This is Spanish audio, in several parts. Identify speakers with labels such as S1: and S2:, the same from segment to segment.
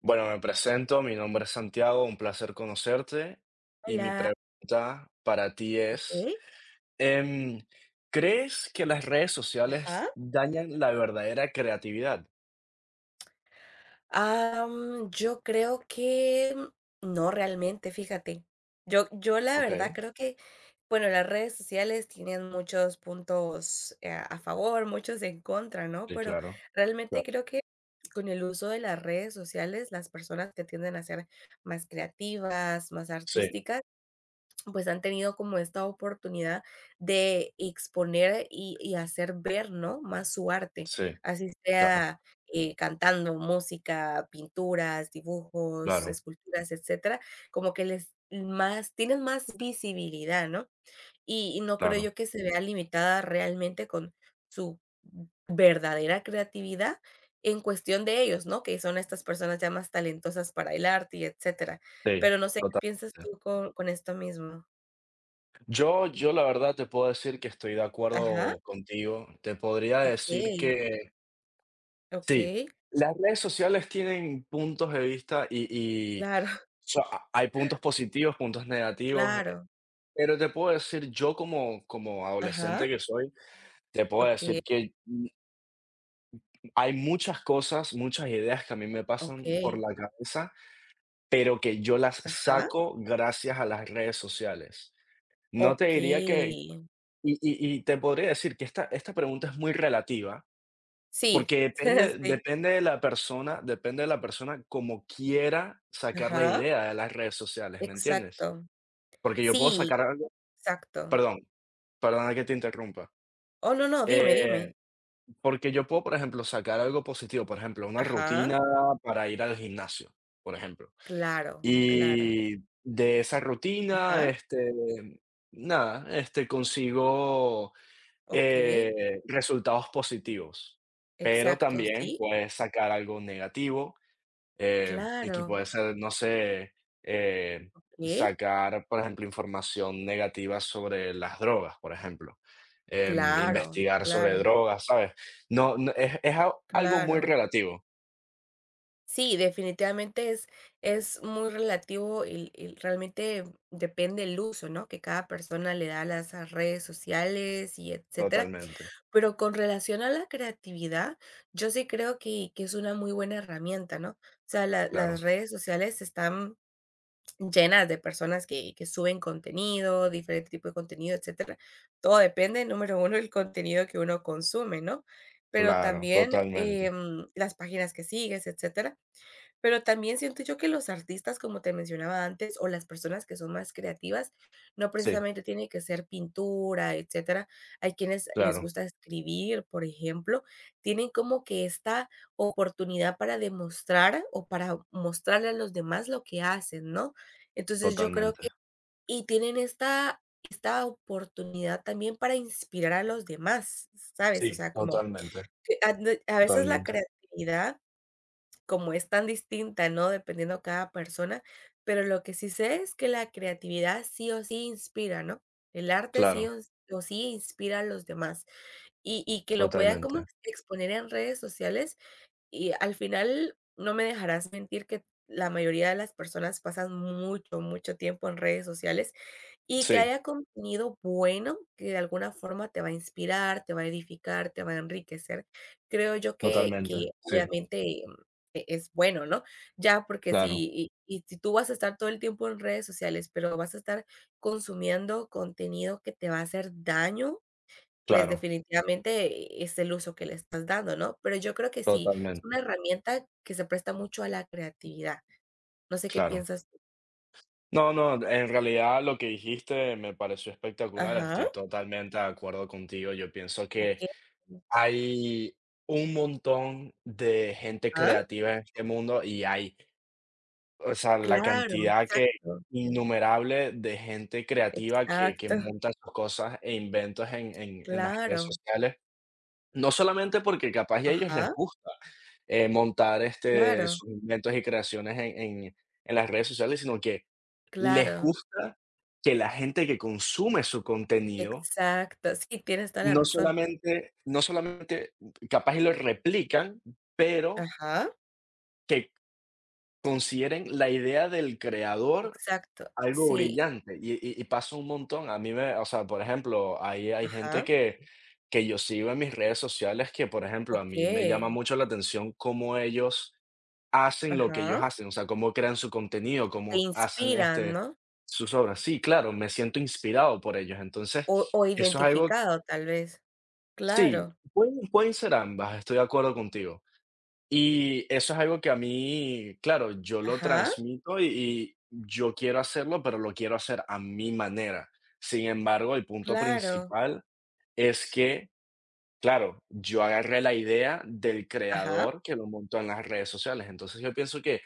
S1: Bueno, me presento, mi nombre es Santiago, un placer conocerte y mi
S2: Hola,
S1: pregunta para ti
S2: ¿ok?
S1: es, em, ¿crees que las redes
S2: Ajá.
S1: sociales dañan la verdadera creatividad?
S2: Yo creo que no realmente, fíjate. Yo la
S1: Ok,
S2: verdad creo que, bueno, las redes sociales tienen muchos puntos, a favor, muchos en contra, ¿no?
S1: sí,
S2: Pero
S1: claro,
S2: realmente
S1: claro.
S2: creo que con el uso de las redes sociales, las personas que tienden a ser más creativas, más
S1: Sí,
S2: artísticas pues han tenido como esta oportunidad de exponer y hacer ver, ¿no? Más su arte,
S1: sí,
S2: así
S1: claro,
S2: sea cantando música, pinturas, dibujos,
S1: claro,
S2: esculturas, etcétera, como que les más, tienen más visibilidad, ¿no? Y no creo
S1: claro,
S2: yo que se vea limitada realmente con su verdadera creatividad en cuestión de ellos, ¿no? Que son estas personas ya más talentosas para el arte y etcétera.
S1: sí,
S2: Pero no sé qué
S1: totalmente.
S2: piensas tú con esto mismo.
S1: Yo la verdad te puedo decir que estoy de
S2: Ajá,
S1: acuerdo contigo. Te podría decir
S2: okey,
S1: que sí,
S2: okey,
S1: las redes sociales tienen puntos de vista y
S2: claro,
S1: so ha hay puntos positivos, puntos negativos,
S2: claro,
S1: pero te puedo decir, yo como adolescente
S2: ajá,
S1: que soy, te puedo
S2: okey,
S1: decir que hay muchas cosas, muchas ideas que a mí me pasan por
S2: okey,
S1: la cabeza, pero que yo las
S2: ajá,
S1: saco gracias a las redes sociales. No te diría que
S2: okey.
S1: Y te podría decir que esta pregunta es muy relativa,
S2: Sí,
S1: porque depende
S2: sí,
S1: depende de la persona, depende de la persona como quiera sacar la
S2: ajá,
S1: idea de las redes sociales, ¿me entiendes?
S2: exacto.
S1: Porque yo puedo
S2: Sí,
S1: sacar algo,
S2: exacto.
S1: perdón, perdona que te interrumpa.
S2: Oh, no, no, dime, dime.
S1: Eh, Porque yo puedo, por ejemplo, sacar algo positivo, por ejemplo, una
S2: Ajá,
S1: rutina para ir al gimnasio, por ejemplo.
S2: claro, claro,
S1: Y de esa rutina,
S2: ajá,
S1: nada, consigo
S2: okey,
S1: resultados positivos, pero
S2: exacto,
S1: también
S2: sí,
S1: puedes sacar algo negativo. Y que
S2: claro,
S1: puede ser, no sé, eh,
S2: okey,
S1: sacar, por ejemplo, información negativa sobre las drogas, por ejemplo.
S2: claro,
S1: Investigar sobre
S2: claro,
S1: drogas, ¿sabes? No, no, es, es algo muy
S2: claro.
S1: relativo.
S2: Sí, definitivamente es muy relativo y el realmente depende el uso, ¿no?, que cada persona le da a las redes sociales y etcétera.
S1: Totalmente,
S2: Pero con relación a la creatividad, yo sí creo que es una muy buena herramienta, ¿no? O sea, la
S1: claro,
S2: las redes sociales están llenas de personas que suben contenido, diferente tipo de contenido, etcétera. Todo depende, número uno, el contenido que uno consume, ¿no? Pero
S1: claro,
S2: también,
S1: totalmente.
S2: las páginas que sigues, etcétera. Pero también siento yo que los artistas, como te mencionaba antes, o las personas que son más creativas, no
S1: Sí,
S2: precisamente tiene que ser pintura, etcétera. Hay quienes les
S1: claro,
S2: gusta escribir, por ejemplo, tienen como que esta oportunidad para demostrar o para mostrarle a los demás lo que hacen, ¿no? Entonces yo creo que
S1: totalmente.
S2: y tienen esta oportunidad también para inspirar a los demás, ¿sabes? O
S1: Sí,
S2: sea, como
S1: totalmente,
S2: que a veces la
S1: totalmente.
S2: creatividad como es tan distinta, ¿no? Dependiendo cada persona, pero lo que sí sé es que la creatividad sí o sí inspira, ¿no? El arte sí
S1: Claro,
S2: o sí inspira a los demás y que lo puedan como
S1: totalmente.
S2: exponer en redes sociales y al final no me dejarás mentir que la mayoría de las personas pasan mucho, mucho tiempo en redes sociales y que
S1: Sí,
S2: haya contenido bueno, que de alguna forma te va a inspirar, te va a edificar, te va a enriquecer. Creo yo que
S1: totalmente.
S2: que
S1: Sí,
S2: obviamente, es bueno, ¿no? Ya, porque
S1: claro,
S2: si si tú vas a estar todo el tiempo en redes sociales, pero vas a estar consumiendo contenido que te va a hacer daño, pues
S1: claro,
S2: definitivamente es el uso que le estás dando, ¿no? Pero yo creo que sí, es una
S1: totalmente,
S2: herramienta que se presta mucho a la creatividad. No sé qué
S1: claro.
S2: piensas tú.
S1: No, no, en realidad lo que dijiste me pareció espectacular,
S2: Ajá,
S1: estoy totalmente de acuerdo contigo. Yo pienso que
S2: okey.
S1: hay un montón de gente
S2: Ajá.
S1: creativa en este mundo y hay, o sea, la
S2: Claro,
S1: cantidad que
S2: exacto,
S1: innumerable de gente creativa que
S2: exacto,
S1: monta sus cosas e inventos en, en las redes
S2: claro,
S1: sociales, no solamente porque capaz y a ellos les
S2: ajá,
S1: gusta montar,
S2: claro,
S1: sus inventos y creaciones en en en las redes sociales, sino que les
S2: claro,
S1: gusta que la gente que consume su contenido
S2: exacto, sí, tienes toda la
S1: no
S2: razón,
S1: solamente no solamente capaz y lo replican, pero
S2: ajá,
S1: que consideren la idea del creador
S2: exacto,
S1: algo
S2: sí,
S1: brillante, y pasa un montón. A mí me, o sea, por ejemplo, hay gente
S2: ajá,
S1: que yo sigo en mis redes sociales que, por ejemplo, a mí me llama
S2: okey,
S1: mucho la atención cómo ellos hacen lo que ellos
S2: ajá,
S1: hacen, o sea, cómo crean su contenido,
S2: te
S1: cómo hacen,
S2: inspiran, ¿no?
S1: sus obras. Sí, claro, me siento inspirado por ellos. Entonces,
S2: O
S1: eso es algo que
S2: identificado, tal vez, claro,
S1: sí, pueden ser ambas, estoy de acuerdo contigo. Y eso es algo que a mí, claro, yo lo
S2: ajá,
S1: transmito y yo quiero hacerlo, pero lo quiero hacer a mi manera. Sin embargo, el punto
S2: claro,
S1: principal es que, claro, yo agarré la idea del
S2: ajá,
S1: creador que lo montó en las redes sociales. Entonces yo pienso que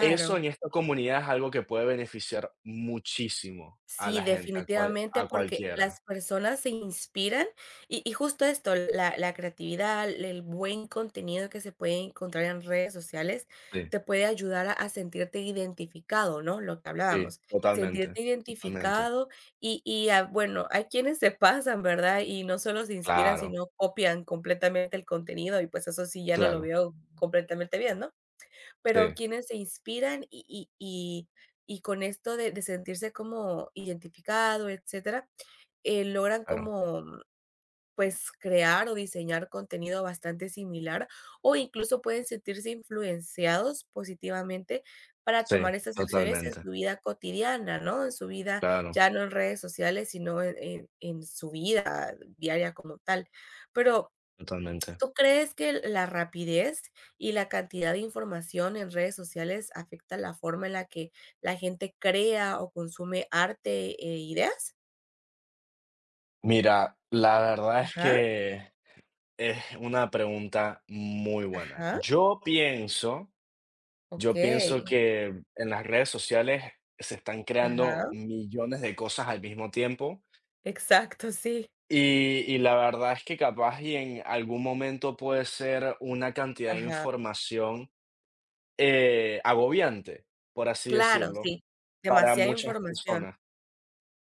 S1: eso en esta comunidad es algo que puede beneficiar muchísimo a
S2: Sí,
S1: la gente, a,
S2: definitivamente,
S1: a
S2: porque
S1: cualquiera.
S2: las personas se inspiran y justo esto, la creatividad, el buen contenido que se puede encontrar en redes sociales,
S1: Sí,
S2: te puede ayudar a sentirte identificado, ¿no? Lo que
S1: sí,
S2: hablábamos,
S1: totalmente,
S2: sentirte
S1: totalmente.
S2: identificado y ah, bueno, hay quienes se pasan, ¿verdad? Y no solo se inspiran,
S1: Claro,
S2: sino copian completamente el contenido y pues eso sí ya no lo
S1: claro,
S2: veo completamente bien, ¿no? Pero
S1: sí,
S2: quienes se inspiran y con esto de sentirse como identificado, etcétera, logran
S1: claro,
S2: como, pues, crear o diseñar contenido bastante similar, o incluso pueden sentirse influenciados positivamente para
S1: sí,
S2: tomar estas acciones en
S1: totalmente.
S2: su vida cotidiana, ¿no? En su vida,
S1: Claro,
S2: ya no en redes sociales, sino en su vida diaria como tal. Pero
S1: totalmente.
S2: ¿tú crees que la rapidez y la cantidad de información en redes sociales afecta la forma en la que la gente crea o consume arte e ideas?
S1: Mira, la verdad es
S2: Ajá,
S1: que es una pregunta muy buena.
S2: ajá,
S1: Yo pienso
S2: okey,
S1: que en las redes sociales se están creando
S2: ajá,
S1: millones de cosas al mismo tiempo
S2: exacto, sí,
S1: y la verdad es que capaz y en algún momento puede ser una cantidad de
S2: ajá,
S1: información agobiante, por así
S2: claro,
S1: decirlo,
S2: sí,
S1: para
S2: demasiada
S1: muchas
S2: información,
S1: personas.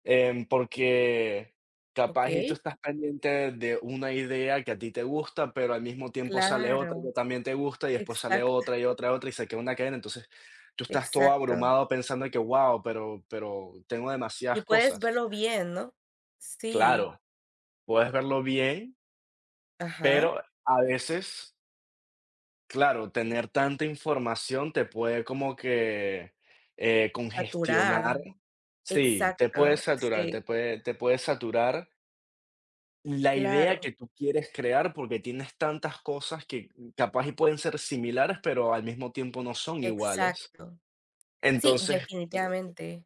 S1: Porque capaz y tú
S2: okey,
S1: estás pendiente de una idea que a ti te gusta, pero al mismo tiempo sale otra
S2: claro,
S1: que también te gusta y después sale
S2: exacto,
S1: otra y otra, otra y se queda una cadena. Entonces tú estás todo
S2: exacto,
S1: abrumado pensando que, wow, pero tengo
S2: y
S1: demasiadas
S2: puedes
S1: cosas.
S2: verlo bien, ¿no? Sí,
S1: Claro, puedes verlo bien,
S2: ajá,
S1: pero a veces, claro, tener tanta información te puede como que congestionar.
S2: saturar,
S1: Sí, te puede
S2: exacto,
S1: saturar,
S2: sí,
S1: te puede saturar la idea
S2: claro,
S1: que tú quieres crear, porque tienes tantas cosas que capaz y pueden ser similares, pero al mismo tiempo no son iguales.
S2: exacto. Sí,
S1: Entonces,
S2: definitivamente.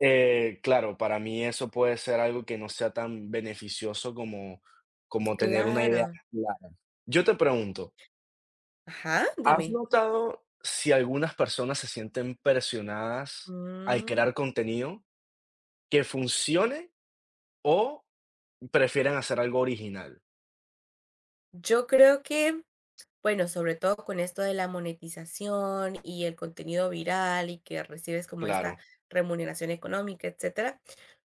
S1: claro, para mí eso puede ser algo que no sea tan beneficioso como, como tener una idea
S2: Claro.
S1: clara. Yo te pregunto,
S2: Ajá,
S1: ¿has
S2: dime.
S1: notado si algunas personas se sienten presionadas al
S2: Mm,
S1: crear contenido que funcione o prefieren hacer algo original?
S2: yo creo que, bueno, sobre todo con esto de la monetización y el contenido viral y que recibes como esta
S1: Claro,
S2: remuneración económica, etcétera,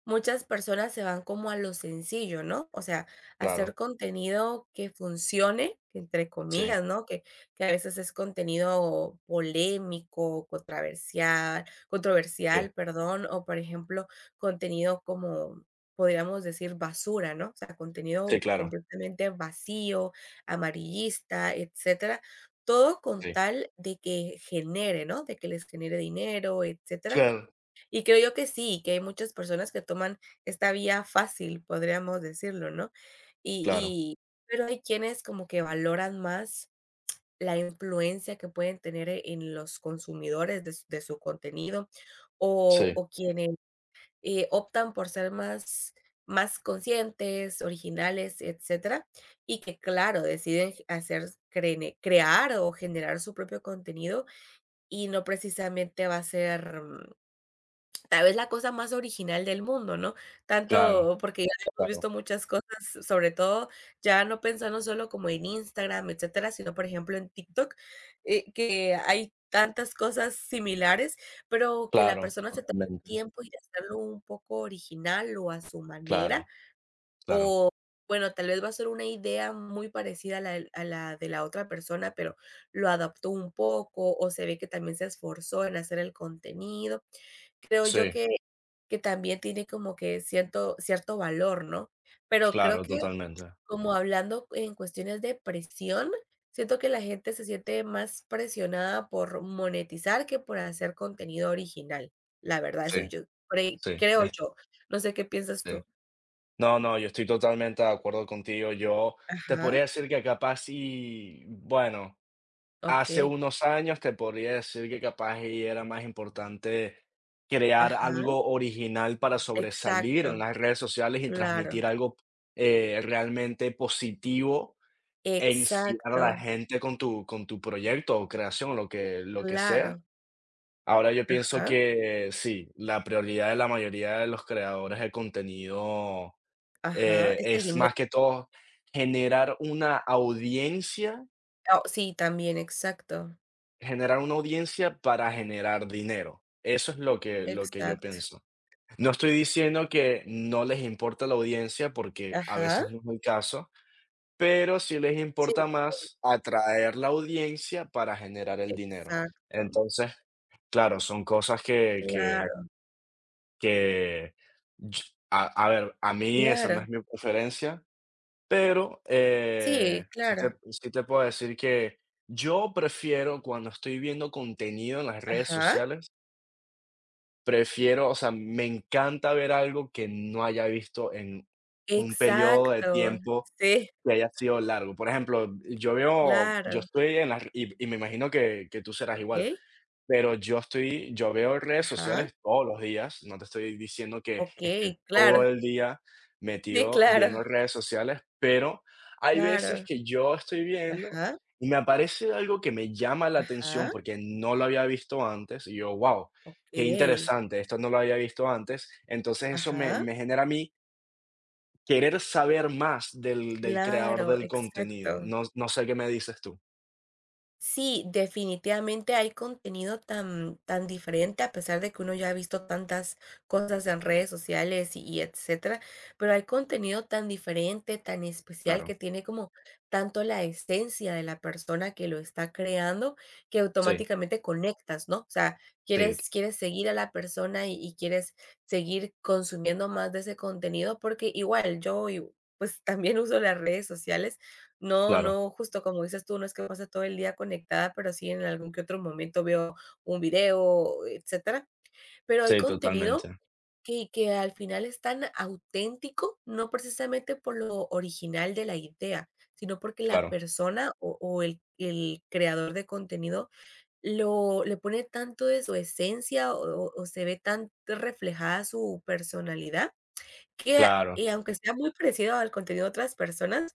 S2: muchas personas se van como a lo sencillo, ¿no? O sea,
S1: claro,
S2: hacer contenido que funcione, que entre
S1: sí,
S2: comillas, ¿no? Que a veces es contenido polémico, controversial, controversial,
S1: sí,
S2: perdón, o por ejemplo, contenido como podríamos decir basura, ¿no? O sea, contenido
S1: sí, claro,
S2: completamente vacío, amarillista, etcétera. Todo con
S1: sí.
S2: tal de que genere, ¿no? De que les genere dinero, etcétera,
S1: Claro.
S2: y creo yo que sí, que hay muchas personas que toman esta vía fácil, podríamos decirlo, ¿no? Y
S1: Claro,
S2: y pero hay quienes como que valoran más la influencia que pueden tener en los consumidores de su contenido,
S1: sí,
S2: o quienes, optan por ser más conscientes, originales, etcétera, y que, claro, deciden hacer crene crear o generar su propio contenido, y no precisamente va a ser tal vez la cosa más original del mundo, ¿no?
S1: claro,
S2: Tanto porque ya hemos
S1: claro,
S2: visto muchas cosas, sobre todo ya no pensando solo como en Instagram, etcétera, sino, por ejemplo, en TikTok, que hay tantas cosas similares, pero que la
S1: claro,
S2: persona se tome el
S1: totalmente,
S2: tiempo y hacerlo un poco original o a su manera.
S1: claro, claro,
S2: Bueno, tal vez va a ser una idea muy parecida a la del a la de la otra persona, pero lo adaptó un poco, o se ve que también se esforzó en hacer el contenido. Creo yo
S1: sí,
S2: que también tiene como que cierto valor, ¿no? Pero creo
S1: claro,
S2: que sí.
S1: totalmente,
S2: Como hablando en cuestiones de presión, siento que la gente se siente más presionada por monetizar que por hacer contenido original. La verdad,
S1: sí,
S2: eso yo crei
S1: sí,
S2: creo
S1: es
S2: yo. No sé qué piensas
S1: sí.
S2: tú.
S1: No, no, yo estoy totalmente de acuerdo contigo. Yo te
S2: Ajá,
S1: podría decir que capaz y, bueno, hace
S2: okey,
S1: unos años te podría decir que capaz y era más importante crear
S2: ajá,
S1: algo original para sobresalir en
S2: exacto,
S1: las redes sociales y
S2: claro,
S1: transmitir algo realmente positivo. E inspirar a la
S2: exacto,
S1: gente con tu proyecto o creación, lo que sea.
S2: claro,
S1: Ahora yo pienso
S2: ajá,
S1: que sí, la prioridad de la mayoría de los creadores de contenido,
S2: ajá, es el
S1: es
S2: dinero.
S1: más que todo generar una audiencia,
S2: Oh, sí, también, exacto,
S1: generar una audiencia para generar dinero. Eso es lo que yo
S2: exacto.
S1: pienso. No estoy diciendo que no les importa la audiencia, porque a
S2: Ajá,
S1: veces no es el caso. Pero sí les
S2: sí,
S1: importa más atraer la audiencia para generar el dinero.
S2: exacto,
S1: Entonces, claro, son cosas
S2: claro,
S1: que ch a ver, a mí esa no
S2: claro,
S1: es mi preferencia, pero,
S2: sí, claro,
S1: sí te puedo decir que yo prefiero cuando estoy viendo contenido en las redes
S2: ajá,
S1: sociales, prefiero, o sea, me encanta ver algo que no haya visto en un periodo de
S2: exacto,
S1: tiempo
S2: sí,
S1: que haya sido largo. Por ejemplo, yo veo, yo
S2: claro,
S1: estoy en las y me imagino que tú serás igual,
S2: okey,
S1: pero yo estoy, yo veo redes
S2: ajá,
S1: sociales todos los días, no te estoy diciendo que esté
S2: okey,
S1: todo
S2: claro,
S1: el día
S2: sí,
S1: metido
S2: claro,
S1: viendo redes sociales, pero hay veces
S2: claro,
S1: que yo estoy viendo
S2: ajá,
S1: y me aparece algo que me llama la atención
S2: ajá,
S1: porque no lo había visto antes y yo: wow, qué
S2: okey,
S1: interesante, esto no lo había visto antes. Entonces eso
S2: ajá,
S1: me genera a mí querer saber más del del creador
S2: claro,
S1: del contenido.
S2: exacto.
S1: No, no sé qué me dices tú.
S2: Sí, definitivamente hay contenido tan, tan diferente, a pesar de que uno ya ha visto tantas cosas en redes sociales y etcétera, pero hay contenido tan diferente, tan especial, que
S1: Claro.
S2: tiene como tanto la esencia de la persona que lo está creando, que
S1: Sí,
S2: automáticamente conectas, ¿no? O sea,
S1: sí,
S2: quieres seguir a la persona y quieres seguir consumiendo más de ese contenido, porque igual yo, pues también uso las redes sociales. No,
S1: claro.
S2: no, justo como dices tú, no es que pase todo el día conectada, pero sí en algún que otro momento veo un video, etcétera. Pero hay
S1: Sí,
S2: contenido
S1: totalmente.
S2: que al final es tan auténtico, no precisamente por lo original de la idea, sino porque la
S1: Claro,
S2: persona o el creador de contenido lo le pone tanto de su esencia o se ve tan reflejada su personalidad que,
S1: claro.
S2: y aunque sea muy parecido al contenido de otras personas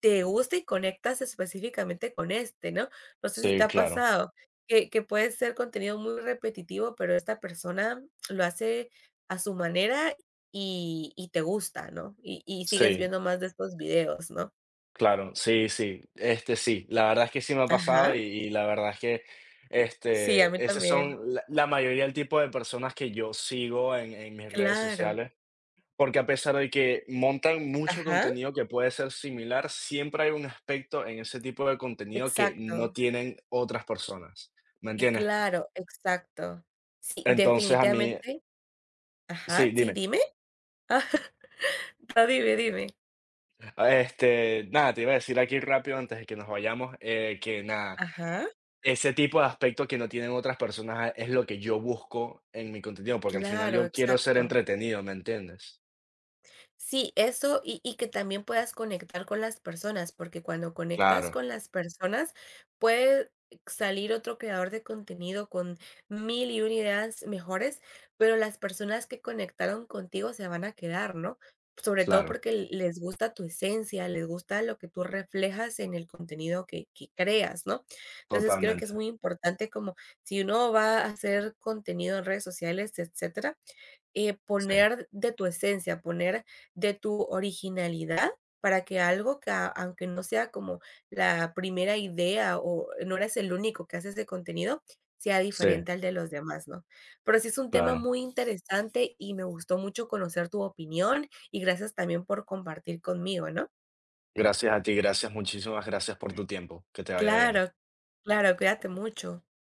S2: te gusta y conectas específicamente con este, ¿no? No sé si te
S1: Sí,
S2: ha
S1: claro.
S2: pasado que puede ser contenido muy repetitivo, pero esta persona lo hace a su manera y te gusta, ¿no? Y sigues
S1: Sí,
S2: viendo más de estos videos, ¿no?
S1: claro. Sí, sí. Sí. La verdad es que sí me ha pasado
S2: Ajá.
S1: y la verdad es que,
S2: Sí, a mí
S1: esas
S2: también.
S1: son la la mayoría del tipo de personas que yo sigo en mis redes
S2: Claro.
S1: sociales. Porque a pesar de que montan mucho
S2: Ajá.
S1: contenido que puede ser similar, siempre hay un aspecto en ese tipo de contenido que no
S2: Exacto.
S1: tienen otras personas, ¿me entiendes?
S2: Claro, exacto. Sí,
S1: Entonces a mí
S2: definitivamente.
S1: sí,
S2: Ajá. Sí,
S1: dime.
S2: dime. Ajá. Dime, dime.
S1: Nada, te iba a decir aquí rápido antes de que nos vayamos, que nada,
S2: Ajá.
S1: ese tipo de aspectos que no tienen otras personas es lo que yo busco en mi contenido, porque al final
S2: Claro,
S1: yo quiero ser
S2: exacto.
S1: entretenido, ¿me entiendes?
S2: Sí, eso que también puedas conectar con las personas, porque cuando conectas
S1: Claro,
S2: con las personas puede salir otro creador de contenido con mil y una ideas mejores, pero las personas que conectaron contigo se van a quedar, ¿no? Sobre todo
S1: claro,
S2: porque les gusta tu esencia, les gusta lo que tú reflejas en el contenido que creas, ¿no? Entonces creo que
S1: totalmente.
S2: es muy importante como si uno va a hacer contenido en redes sociales, etcétera,
S1: Sí,
S2: poner de tu esencia, poner de tu originalidad para que algo que aunque no sea como la primera idea o no eres el único que hace ese contenido, sea
S1: sí,
S2: diferente al de los demás, ¿no? Pero sí es un tema
S1: claro.
S2: muy interesante y me gustó mucho conocer tu opinión y gracias también por compartir conmigo, ¿no?
S1: Gracias a ti, gracias, muchísimas gracias por tu tiempo. Que te vaya bien.
S2: Claro, claro, cuídate mucho.